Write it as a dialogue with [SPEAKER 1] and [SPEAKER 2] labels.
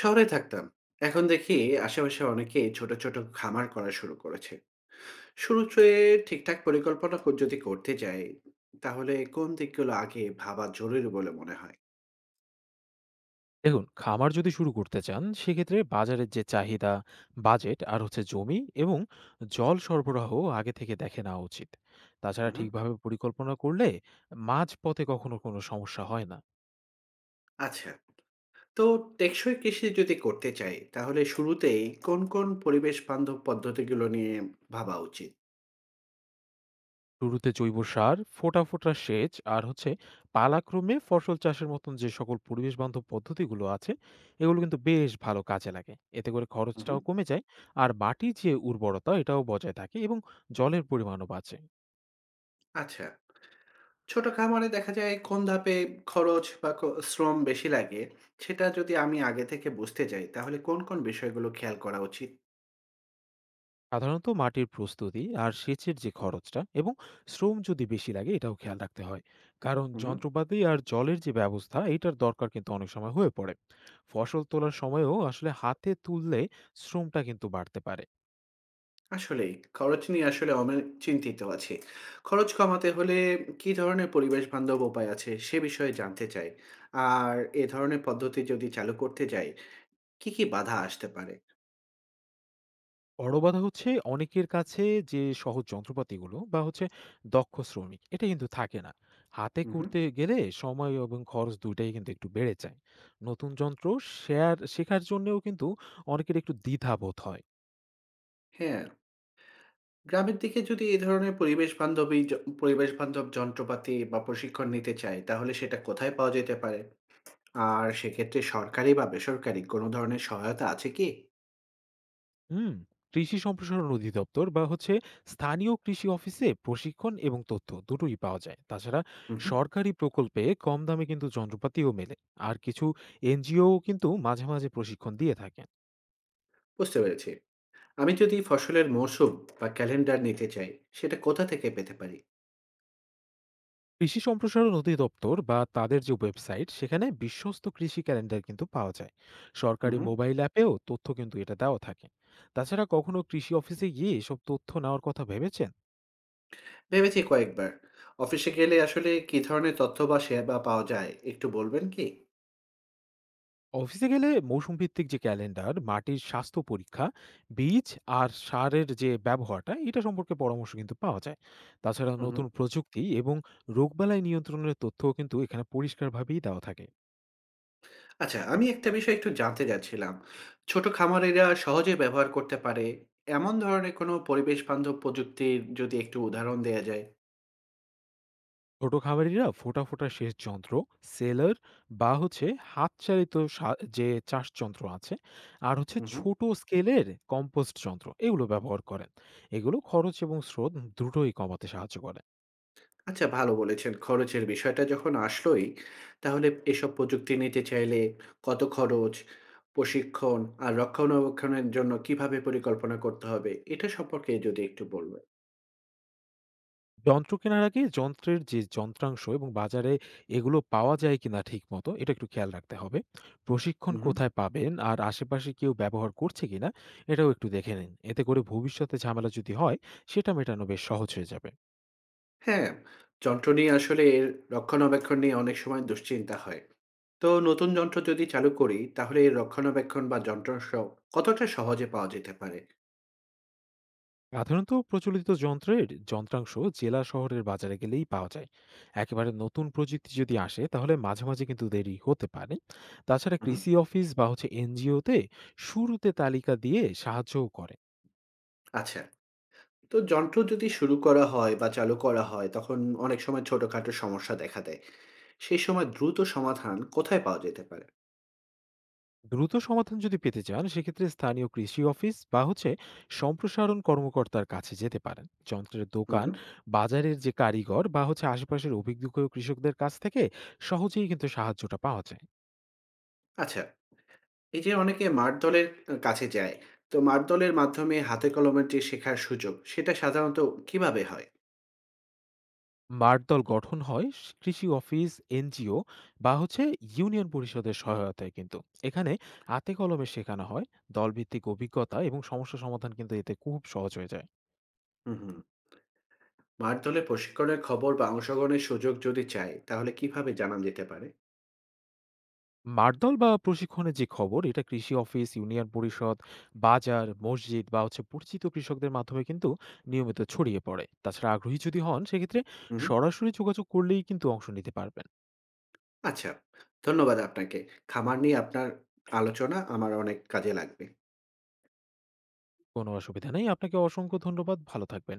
[SPEAKER 1] শহরে থাকতাম। এখন দেখি আশেপাশে অনেকেই ছোট, ছোট খামার করা শুরু করেছে। শুরুতে ঠিকঠাক পরিকল্পনা যদি করতে যাই, তাহলে কোন দিকগুলো আগে ভাবা জরুরি বলে মনে হয়?
[SPEAKER 2] দেখুন, খামার যদি শুরু করতে চান সেক্ষেত্রে বাজারের যে চাহিদা, বাজেট আর হচ্ছে জমি এবং জল সরবরাহ আগে থেকে দেখে নেওয়া উচিত। তাছাড়া
[SPEAKER 1] উহু,
[SPEAKER 2] ঠিকভাবে পরিকল্পনা করলে মাঝপথে কখনো কোনো সমস্যা হয় না।
[SPEAKER 1] আচ্ছা। তো টেকসই কৃষি যদি করতে চাই, তাহলে শুরুতেই কোন, কোন পরিবেশ বান্ধব পদ্ধতিগুলো নিয়ে ভাবা উচিত?
[SPEAKER 2] শুরুতে জৈব সার, ফোটা ফোটা সেচ আর হচ্ছে পালাক্রমে ফসল চাষের মতন যে সকল পরিবেশ বান্ধব পদ্ধতিগুলো আছে, এগুলো কিন্তু বেশ ভালো কাজে লাগে। এতে করে
[SPEAKER 1] উহু,
[SPEAKER 2] খরচটাও কমে যায়, আর মাটির যে উর্বরতা এটাও বজায় থাকে এবং জলের পরিমাণও বাঁচে।
[SPEAKER 1] আচ্ছা। ছোট খামারে দেখা যায় কোন ধাপে খরচ বা শ্রম বেশি লাগে, সেটা যদি আমি আগে থেকে বুঝতে যাই, তাহলে কোন, কোন বিষয়গুলো খেয়াল করা উচিত?
[SPEAKER 2] সাধারণত মাটির প্রস্তুতি আর সেচের যে খরচটা এবং শ্রম যদি বেশি লাগে, এটাও খেয়াল রাখতে হয়। কারণ
[SPEAKER 1] উহু।
[SPEAKER 2] যন্ত্রপাতি আর জলের যে ব্যবস্থা, এটার দরকার কিন্তু অনেক সময় হয়ে পড়ে। ফসল তোলার সময়ও আসলে হাতে তুললে শ্রমটা কিন্তু বাড়তে পারে।
[SPEAKER 1] আসলেই, খরচ নিয়ে আসলে অনেক চিন্তিত আছি। খরচ কমাতে হলে কী ধরনের পরিবেশবান্ধব উপায় আছে সে বিষয়ে জানতে চাই। আর এ ধরনের পদ্ধতি যদি চালু করতে যাই, কী, কী বাধা আসতে পারে?
[SPEAKER 2] বড় বাধা হচ্ছে অনেকের কাছে যে সহজ যন্ত্রপাতিগুলো বা হচ্ছে দক্ষ শ্রমিক, এটা কিন্তু থাকে না। হাতে
[SPEAKER 1] হুম, হুম।
[SPEAKER 2] করতে গেলে সময় এবং খরচ দুইটাই কিন্তু একটু বেড়ে যায়। নতুন যন্ত্র শেয়ার শেখার জন্যেও কিন্তু অনেকের একটু দ্বিধা বোধ হয়।
[SPEAKER 1] হ্যাঁ, গ্রামের দিকে যদি এ ধরনের পরিবেশবান্ধব যন্ত্রপাতি বা প্রশিক্ষণ নিতে চাই, তাহলে সেটা কোথায় পাওয়া যেতে পারে? আর সেক্ষেত্রে সরকারি বা বেসরকারি কোনো ধরনের সহায়তা আছে কি?
[SPEAKER 2] হুম। কৃষি সম্প্রসারণ অধিদপ্তর বা হচ্ছে স্থানীয় কৃষি অফিসে প্রশিক্ষণ এবং তথ্য দুটোই পাওয়া যায়। তাছাড়া
[SPEAKER 1] হুম, হুম।
[SPEAKER 2] সরকারি প্রকল্পে কম দামে কিন্তু যন্ত্রপাতিও মেলে, আর কিছু এনজিও কিন্তু মাঝে মাঝে প্রশিক্ষণ দিয়ে থাকে।
[SPEAKER 1] বুঝতে পেরেছি। আমি যদি ফসলের মৌসুম বা ক্যালেন্ডার নিতে চাই, সেটা কোথা থেকে পেতে পারি?
[SPEAKER 2] কৃষি সম্প্রসারণ অধিদপ্তর বা তাদের যে ওয়েবসাইট, সেখানে বিশ্বস্ত কৃষি ক্যালেন্ডার কিন্তু পাওয়া যায়।
[SPEAKER 1] হুম।
[SPEAKER 2] সরকারি মোবাইল অ্যাপেও তথ্য কিন্তু এটা দেওয়া থাকে। তাছাড়া কখনো কৃষি অফিসে গিয়ে এসব তথ্য নেওয়ার কথা ভেবেছেন?
[SPEAKER 1] ভেবেছি কয়েকবার। অফিসে গেলে আসলে কি ধরনের তথ্য বা সেবা পাওয়া যায়, একটু বলবেন কি?
[SPEAKER 2] অফিসে গেলে মৌসুম ভিত্তিক যে ক্যালেন্ডার, মাটির স্বাস্থ্য পরীক্ষা, বীজ আর সারের যে ব্যবহারটা, এটা সম্পর্কে পরামর্শ কিন্তু পাওয়া যায়। তাছাড়া
[SPEAKER 1] হুম।
[SPEAKER 2] নতুন প্রযুক্তি এবং রোগবালাই নিয়ন্ত্রণের তথ্যও কিন্তু এখানে পরিষ্কারভাবেই দেওয়া থাকে।
[SPEAKER 1] আচ্ছা, আমি একটা বিষয় একটু জানতে চাচ্ছিলাম। ছোট খামারিরা সহজে ব্যবহার করতে পারে এমন ধরনের কোনো পরিবেশ বান্ধব প্রযুক্তির যদি একটু উদাহরণ দেয়া যায়।
[SPEAKER 2] ছোট খামারিরা ফোটা ফোটা সেচ যন্ত্র, সেলার বা হচ্ছে হাত চালিত যে চাষ যন্ত্র আছে, আর হচ্ছে
[SPEAKER 1] হুম।
[SPEAKER 2] ছোট স্কেলের কম্পোস্ট যন্ত্র, এগুলো ব্যবহার করেন। এগুলো খরচ এবং স্রোত দ্রুতই কমাতে সাহায্য করে।
[SPEAKER 1] আচ্ছা, ভালো বলেছেন। খরচের বিষয়টা যখন আসলোই, তাহলে এসব প্রযুক্তি নিতে চাইলে কত খরচ, প্রশিক্ষণ আর রক্ষণাবেক্ষণের জন্য কিভাবে পরিকল্পনা করতে হবে? এটা সম্পর্কে যদি একটু বলবেন।
[SPEAKER 2] যন্ত্র কেনার আগে যন্ত্রের যে যন্ত্রাংশ এবং বাজারে এগুলো পাওয়া যায় কিনা ঠিকমতো, এটা একটু খেয়াল রাখতে হবে। প্রশিক্ষণ
[SPEAKER 1] হু, হু।
[SPEAKER 2] কোথায় পাবেন আর আশেপাশে কেউ ব্যবহার করছে কিনা, এটাও একটু দেখে নিন। এতে করে ভবিষ্যতে ঝামেলা যদি হয়, সেটা মেটানো বেশ সহজ হয়ে যাবে।
[SPEAKER 1] হ্যাঁ, যন্ত্র নিয়ে আসলে এর রক্ষণাবেক্ষণ নিয়ে অনেক সময় দুশ্চিন্তা হয়। নতুন যন্ত্র যদি চালু করি, তাহলে এর রক্ষণাবেক্ষণ বা যন্ত্রাংশ কতটা সহজে পাওয়া যেতে পারে?
[SPEAKER 2] সাধারণত প্রচলিত যন্ত্রের যন্ত্রাংশ জেলা শহরের বাজারে গেলেই পাওয়া যায়। একেবারে নতুন প্রযুক্তি যদি আসে, তাহলে মাঝে মাঝে কিন্তু দেরি হতে পারে। তাছাড়া
[SPEAKER 1] উহু।
[SPEAKER 2] কৃষি অফিস বা হচ্ছে এনজিওতে শুরুতে তালিকা দিয়ে সাহায্যও করে।
[SPEAKER 1] আচ্ছা। যন্ত্র যদি শুরু করা হয় বা চালু করা হয়, তখন অনেক সময় ছোটখাটো সমস্যা দেখা দেয়। সেই সময় দ্রুত সমাধান কোথায় পাওয়া যেতে পারে?
[SPEAKER 2] দ্রুত সমাধান যদি পেতে চান সেক্ষেত্রে স্থানীয় কৃষি অফিস বা হচ্ছে সম্প্রসারণ কর্মকর্তার কাছে যেতে পারেন। যন্ত্রের
[SPEAKER 1] হুম,
[SPEAKER 2] দোকান,
[SPEAKER 1] হুম।
[SPEAKER 2] বাজারের যে কারিগর বা হচ্ছে আশেপাশের অভিজ্ঞ কৃষকদের কাছ থেকে সহজেই কিন্তু সাহায্যটা পাওয়া যায়।
[SPEAKER 1] আচ্ছা, এই যে অনেকে মাঠ দলের কাছে যায়, মাঠ দলের মাধ্যমে হাতে কলমে যে শেখার সুযোগ, সেটা সাধারণত কিভাবে হয়?
[SPEAKER 2] মাঠ দল গঠন হয় কৃষি অফিস, এনজিও বা হচ্ছে ইউনিয়ন পরিষদের সহায়তায়। কিন্তু এখানে হাতে কলমে শেখানো হয়, দলভিত্তিক অভিজ্ঞতা এবং সমস্যা সমাধান কিন্তু এতে খুব সহজ হয়ে যায়।
[SPEAKER 1] হুম, হুম। মাঠ দলের প্রশিক্ষণের খবর বা অংশগ্রহণের সুযোগ যদি চাই, তাহলে কিভাবে জানা যেতে পারে?
[SPEAKER 2] মারধল বা প্রশিক্ষণের যে খবর, এটা কৃষি অফিস, ইউনিয়ন পরিষদ, বাজার, মসজিদ বা হচ্ছে পরিচিত কৃষকদের মাধ্যমে কিন্তু নিয়মিত ছড়িয়ে পড়ে। তাছাড়া আগ্রহী যদি হন সেক্ষেত্রে
[SPEAKER 1] হুম, হুম।
[SPEAKER 2] সরাসরি যোগাযোগ করলেই কিন্তু অংশ নিতে পারবেন।
[SPEAKER 1] আচ্ছা, ধন্যবাদ আপনাকে। খামার নিয়ে আপনার আলোচনা আমার অনেক কাজে লাগবে।
[SPEAKER 2] কোনো অসুবিধা নেই, আপনাকে অসংখ্য ধন্যবাদ, ভালো থাকবেন।